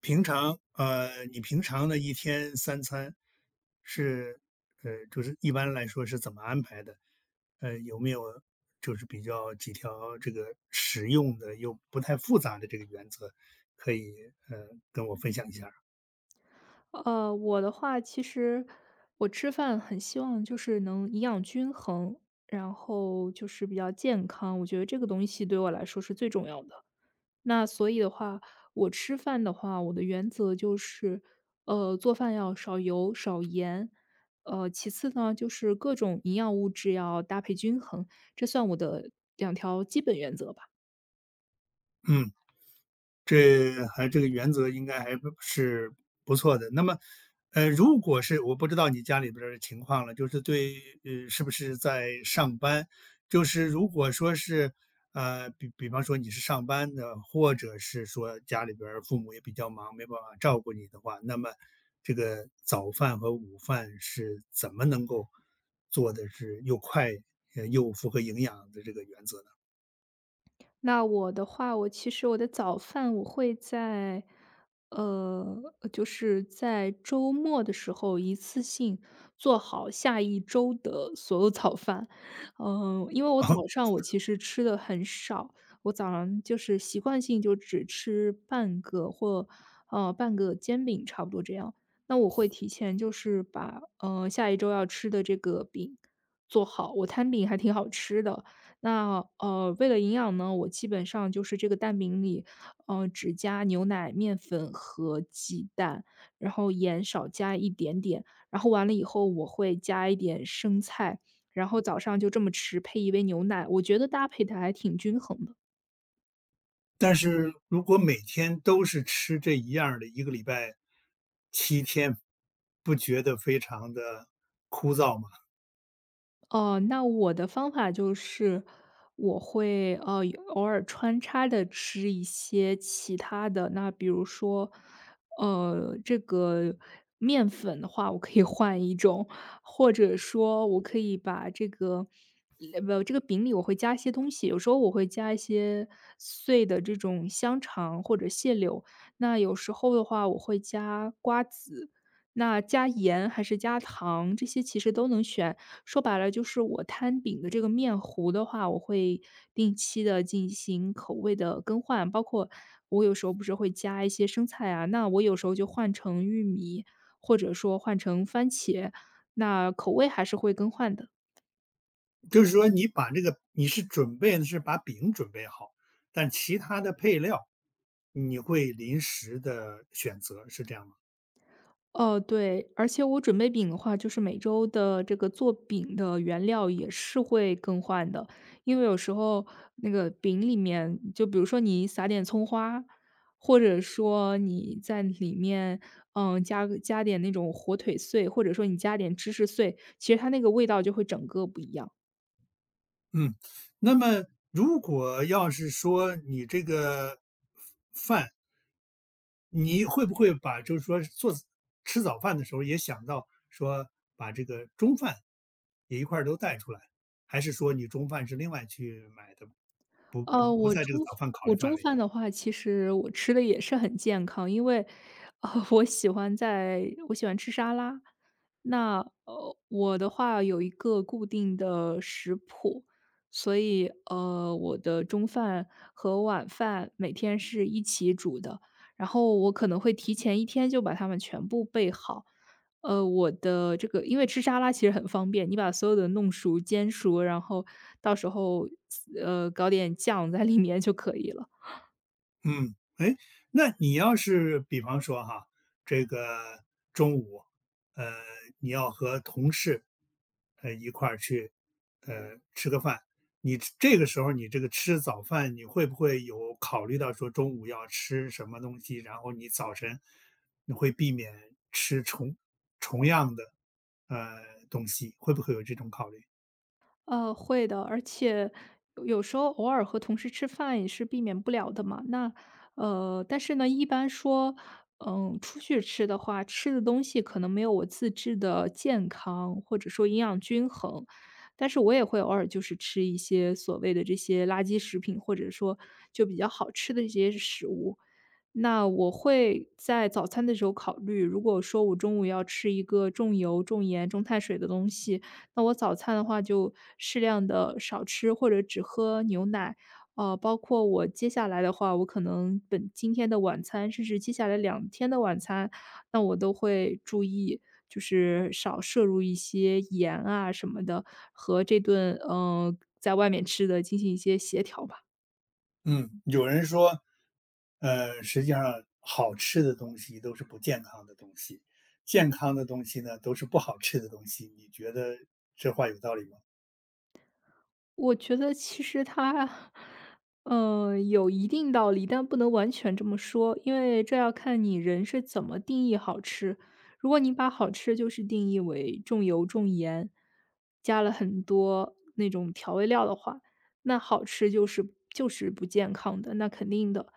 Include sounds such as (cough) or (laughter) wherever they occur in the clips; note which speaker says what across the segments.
Speaker 1: 你平常的一天三餐是就是一般来说是怎么安排的？有没有就是比较几条这个实用的又不太复杂的这个原则，可以跟我分享一下儿？
Speaker 2: 我的话，其实我吃饭很希望就是能营养均衡，然后就是比较健康，我觉得这个东西对我来说是最重要的。那所以的话，我吃饭的话，我的原则就是，做饭要少油少盐，其次呢就是各种营养物质要搭配均衡，这算我的2条基本原则吧。
Speaker 1: 嗯。这个原则应该还不是不错的。那么，如果是我不知道你家里边儿的情况了，就是对，是不是在上班？就是如果说是，比方说你是上班的，或者是说家里边儿父母也比较忙，没办法照顾你的话，那么这个早饭和午饭是怎么能够做的是又快，又符合营养的这个原则呢？
Speaker 2: 那我的话，我其实我的早饭我会在，呃，就是在周末的时候一次性做好下一周的所有早饭。嗯，因为我早
Speaker 1: (laughs)
Speaker 2: 上我其实吃的很少，我早上就是习惯性就只吃半个或半个煎饼，差不多这样。那我会提前就是把下一周要吃的这个饼做好，我摊饼还挺好吃的。那为了营养呢，我基本上就是这个蛋饼里，只加牛奶、面粉和鸡蛋，然后盐少加一点点，然后完了以后我会加一点生菜，然后早上就这么吃，配一杯牛奶，我觉得搭配的还挺均衡的。
Speaker 1: 但是如果每天都是吃这一样儿的，一个礼拜七天，不觉得非常的枯燥吗？
Speaker 2: 哦，那我的方法就是，我会偶尔穿插的吃一些其他的，那比如说，这个面粉的话，我可以换一种，或者说我可以把这个。呃不，这个饼里我会加一些东西，有时候我会加一些碎的这种香肠或者蟹柳，那有时候的话我会加瓜子，那加盐还是加糖，这些其实都能选。说白了就是我摊饼的这个面糊的话，我会定期的进行口味的更换，包括我有时候不是会加一些生菜啊，那我有时候就换成玉米，或者说换成番茄，那口味还是会更换的。
Speaker 1: 就是说你把这个你是准备的是把饼准备好，但其他的配料，你会临时的选择，是这样吗？
Speaker 2: 哦，对，而且我准备饼的话，就是每周的这个做饼的原料也是会更换的，因为有时候那个饼里面，就比如说你撒点葱花，或者说你在里面，嗯，加个加点那种火腿碎，或者说你加点芝士碎，其实它那个味道就会整个不一样。
Speaker 1: 嗯。那么如果要是说你这个饭你会不会把就是说吃早饭的时候也想到说把这个中饭也一块儿都带出来？还是说你中饭是另外去买的，不不
Speaker 2: 呃，
Speaker 1: 不
Speaker 2: 我
Speaker 1: 在这个
Speaker 2: 中
Speaker 1: 早饭考虑
Speaker 2: 我
Speaker 1: 范
Speaker 2: 中
Speaker 1: 围？
Speaker 2: 饭的话，其实我吃的也是很健康，因为，我喜欢在我喜欢吃沙拉。那，我的话有一个固定的食谱，所以，我的中饭和晚饭每天是一起煮的，然后我可能会提前一天就把它们全部备好。我的这个因为吃沙拉其实很方便，你把所有的弄熟、煎熟，然后到时候，搞点酱在里面就可以了。
Speaker 1: 嗯，哎，那你要是比方说哈，这个中午，呃，你要和同事，一块儿去，吃个饭，这个时候你这个吃早饭，你会不会有考虑到说中午要吃什么东西，然后你早晨你会避免吃重样的呃东西，会不会有这种考虑？
Speaker 2: 呃，会的，而且有时候偶尔和同事吃饭也是避免不了的嘛。那但是呢，一般说，嗯，出去吃的话，吃的东西可能没有我自制的健康，或者说营养均衡。但是我也会偶尔就是吃一些所谓的这些垃圾食品，或者说就比较好吃的一些食物。那我会在早餐的时候考虑，如果说我中午要吃一个重油、重盐、重碳水的东西，那我早餐的话就适量的少吃或者只喝牛奶。包括我接下来的话，我可能本今天的晚餐，甚至接下来两天的晚餐，那我都会注意，就是少摄入一些盐啊什么的，和这顿，在外面吃的进行一些协调吧。
Speaker 1: 嗯，有人说，实际上好吃的东西都是不健康的东西，健康的东西呢都是不好吃的东西。你觉得这话有道理吗？
Speaker 2: 我觉得其实它，嗯，有一定道理，但不能完全这么说，因为这要看你人是怎么定义好吃。如果你把好吃就是定义为重油重盐，加了很多那种调味料的话，那好吃就是就是不健康的，那肯定的。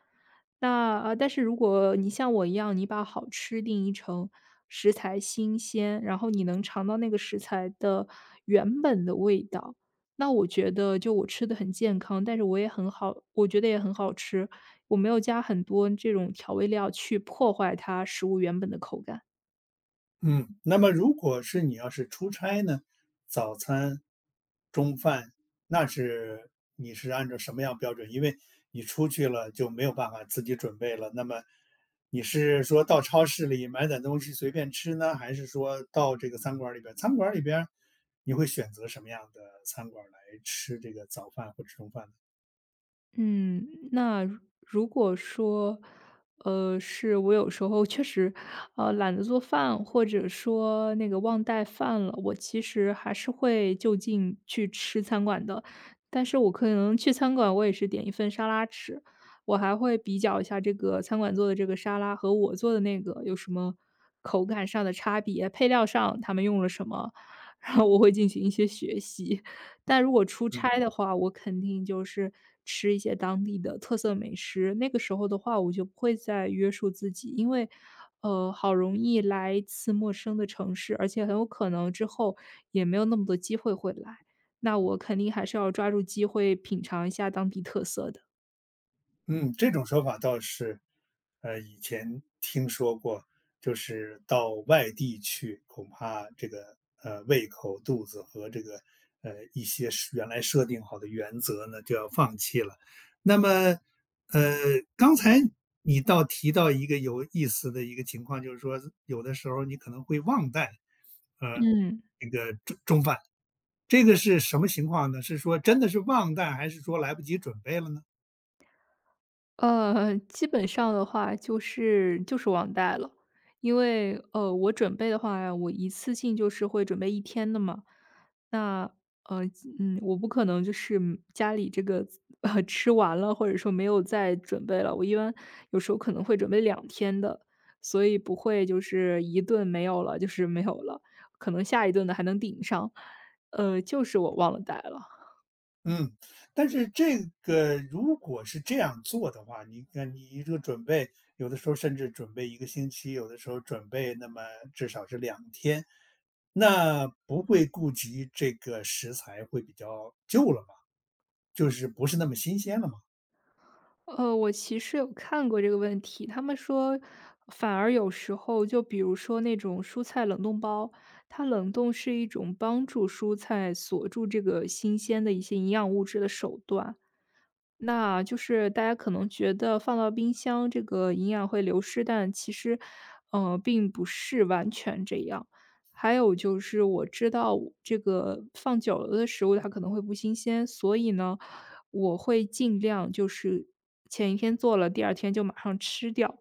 Speaker 2: 那但是如果你像我一样，你把好吃定义成食材新鲜，然后你能尝到那个食材的原本的味道。那我觉得就我吃的很健康，但是我也很好我觉得也很好吃，我没有加很多这种调味料去破坏它食物原本的口感。
Speaker 1: 嗯，那么如果是你要是出差呢，早餐、中饭，那是你是按照什么样标准？因为你出去了就没有办法自己准备了。那么你是说到超市里买点东西随便吃呢，还是说到这个餐馆儿里边儿？餐馆儿里边儿你会选择什么样的餐馆儿来吃这个早饭或者中饭呢？
Speaker 2: 嗯，那如果说，是我有时候确实，懒得做饭，或者说那个忘带饭了，我其实还是会就近去吃餐馆的。但是我可能去餐馆，我也是点一份沙拉吃，我还会比较一下这个餐馆做的这个沙拉和我做的那个有什么口感上的差别，配料上他们用了什么，然后我会进行一些学习。但如果出
Speaker 1: 嗯
Speaker 2: 差的话，我肯定就是吃一些当地的特色美食。那个时候的话，我就不会再约束自己，因为，好容易来一次陌生的城市，而且很有可能之后也没有那么多机会会来，那我肯定还是要抓住机会品尝一下当地特色的，
Speaker 1: 嗯，这种说法倒是，以前听说过，就是到外地去，恐怕这个胃口、肚子和这个一些是原来设定好的原则呢，就要放弃了。那么，呃，刚才你倒提到一个有意思的一个情况，就是说有的时候你可能会忘带呃
Speaker 2: 嗯，嗯
Speaker 1: 那个中饭，这个是什么情况呢？是说真的是忘带，还是说来不及准备了呢？
Speaker 2: 基本上的话就是忘带了，因为我准备的话，我一次性就是会准备一天的嘛。那呃，我不可能就是家里这个(laughs) 吃完了，或者说没有再准备了，我一般有时候可能会准备两天的，所以不会就是一顿没有了，就是没有了，可能下一顿的还能顶上。就是我忘了带了。
Speaker 1: 嗯，但是这个如果是这样做的话，你看你这个准备，有的时候甚至准备一个星期，有的时候准备那么至少是两天，那不会顾及这个食材会比较旧了吧？就是不是那么新鲜了嘛。
Speaker 2: 我其实有看过这个问题，他们说，反而有时候就比如说那种蔬菜冷冻包，它冷冻是一种帮助蔬菜锁住这个新鲜的一些营养物质的手段。那就是大家可能觉得放到冰箱这个营养会流失，但其实，并不是完全这样。还有就是我知道我这个放久了的食物它可能会不新鲜，所以呢，我会尽量就是前一天做了，第2天就马上吃掉。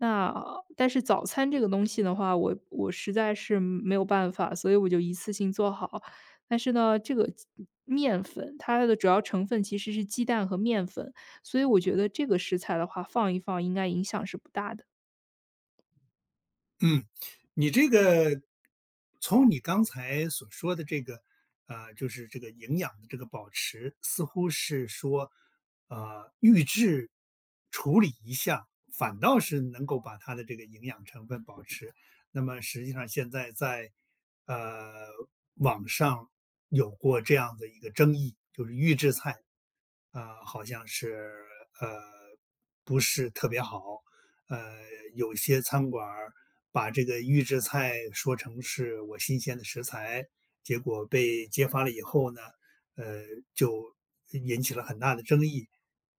Speaker 2: 那但是早餐这个东西的话，我实在是没有办法，所以我就一次性做好。但是呢，这个面粉它的主要成分其实是鸡蛋和面粉，所以我觉得这个食材的话放一放应该影响是不大的。
Speaker 1: 嗯，你这个从你刚才所说的这个，就是这个营养的这个保持，似乎是说，预制处理一下，反倒是能够把它的这个营养成分保持。那么实际上现在在呃网上有过这样的一个争议，就是预制菜，好像是呃不是特别好，呃，有些餐馆儿把这个预制菜说成是我新鲜的食材，结果被揭发了以后呢，呃，就引起了很大的争议。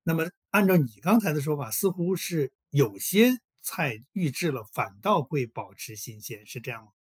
Speaker 1: 那么按照你刚才的说法，似乎是有些菜预制了反倒会保持新鲜，是这样吗？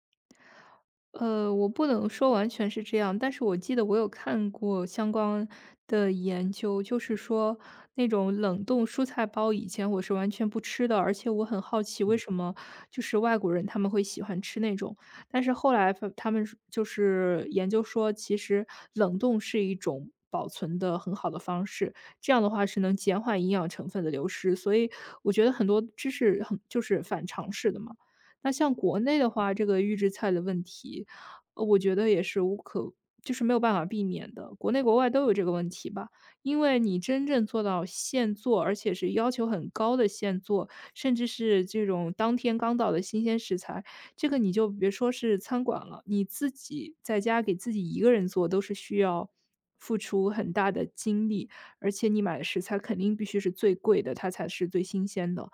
Speaker 2: 我不能说完全是这样，但是我记得我有看过相关的研究，就是说那种冷冻蔬菜包以前我是完全不吃的，而且我很好奇为
Speaker 1: 嗯，
Speaker 2: 什么就是外国人他们会喜欢吃那种，但是后来发他们是就是研究说，其实冷冻是一种保存的很好的方式，这样的话是能减缓营养成分的流失，所以我觉得很多知识很就是反常识的嘛。那像国内的话，这个预制菜的问题，我觉得也是无可就是没有办法避免的，国内国外都有这个问题吧。因为你真正做到现做，而且是要求很高的现做，甚至是这种当天刚到的新鲜食材，这个你就别说是餐馆了，你自己在家给自己一个人做都是需要付出很大的精力，而且你买的食材肯定必须是最贵的，它才是最新鲜的。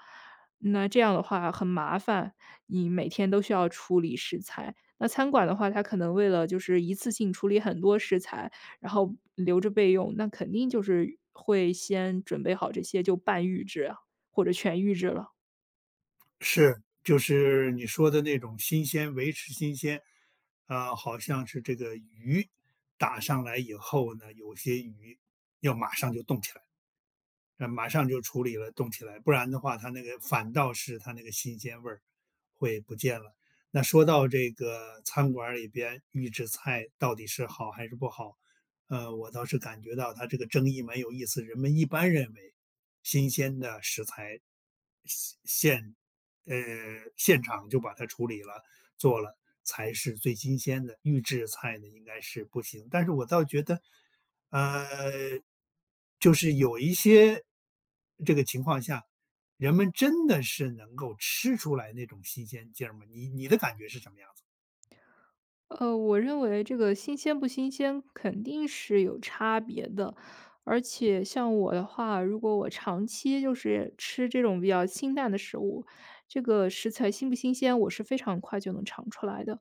Speaker 2: 那这样的话很麻烦，你每天都需要处理食材，那餐馆的话，它可能为了就是一次性处理很多食材，然后留着备用，那肯定就是会先准备好这些就半预制啊，或者全预制了。
Speaker 1: 是，就是你说的那种新鲜，维持新鲜，啊，好像是这个鱼打上来以后呢，有些鱼要马上就冻起来。马上就处理了，冻起来，不然的话，它那个反倒是它那个新鲜味儿会不见了。那说到这个餐馆儿里边预制菜到底是好还是不好，我倒是感觉到它这个争议蛮有意思。人们一般认为，新鲜的食材现现呃现场就把它处理了，做了才是最新鲜的，预制菜呢应该是不行。但是我倒觉得，呃，就是有一些这个情况下，人们真的是能够吃出来那种新鲜劲儿吗？你的感觉是什么样子？
Speaker 2: 我认为这个新鲜不新鲜肯定是有差别的，而且像我的话，如果我长期就是吃这种比较清淡的食物，这个食材新不新鲜，我是非常快就能尝出来的。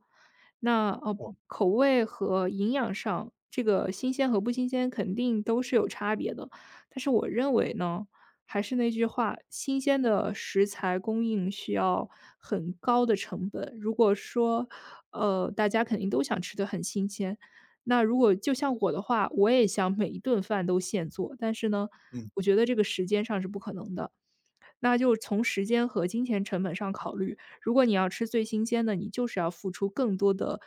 Speaker 2: 那
Speaker 1: 我
Speaker 2: 口味和营养上，这个新鲜和不新鲜肯定都是有差别的。但是我认为呢，还是那句话，新鲜的食材供应需要很高的成本。如果说大家肯定都想吃的很新鲜。那如果就像我的话，我也想每一顿饭都现做，但是呢，
Speaker 1: 嗯
Speaker 2: 我觉得这个时间上是不可能的。那就从时间和金钱成本上考虑，如果你要吃最新鲜的，你就是要付出更多的，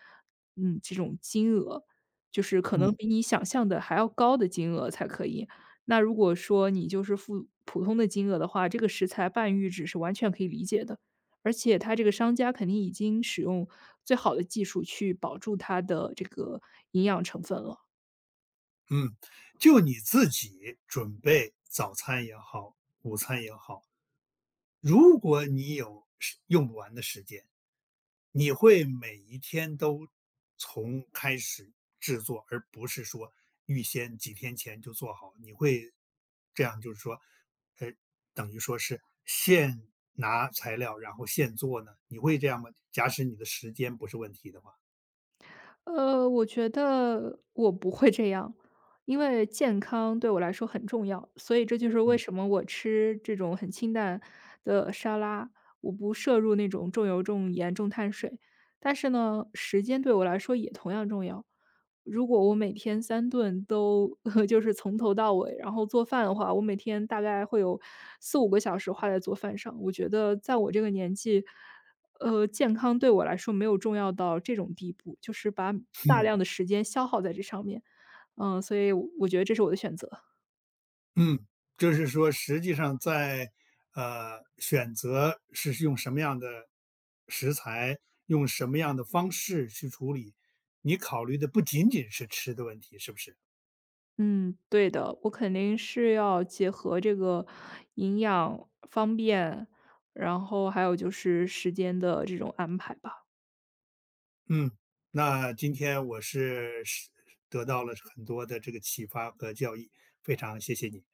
Speaker 2: 嗯，这种金额，就是可能
Speaker 1: 嗯
Speaker 2: 比你想象的还要高的金额才可以。那如果说你就是付普通的金额的话，这个食材半预制是完全可以理解的，而且它这个商家肯定已经使用最好的技术去保住它的这个营养成分了。
Speaker 1: 嗯。就你自己准备早餐也好，午餐也好。如果你有时用不完的时间，你会每一天都从开始制作，而不是说预先几天前就做好。你会这样，就是说，呃，等于说是现拿材料，然后现做呢？你会这样吗？假使你的时间不是问题的话，
Speaker 2: 我觉得我不会这样，因为健康对我来说很重要，所以这就是为
Speaker 1: 嗯
Speaker 2: 什么我吃这种很清淡的沙拉，我不摄入那种重油、重盐、重碳水。但是呢，时间对我来说也同样重要。如果我每天三顿都 (laughs) 就是从头到尾，然后做饭的话，我每天大概会有4、5个小时花在做饭上。我觉得在我这个年纪，健康对我来说没有重要到这种地步，就是把大量的时间消耗在这上面。嗯，所以我觉得这是我的选择。
Speaker 1: 嗯，就是说实际上在，选择是用什么样的食材，用什么样的方式去处理，你考虑的不仅仅是吃的问题，是不是？
Speaker 2: 嗯，对的，我肯定是要结合这个营养方便，然后还有就是时间的这种安排吧。
Speaker 1: 嗯，那今天我是得到了很多的这个启发和教益，非常谢谢你。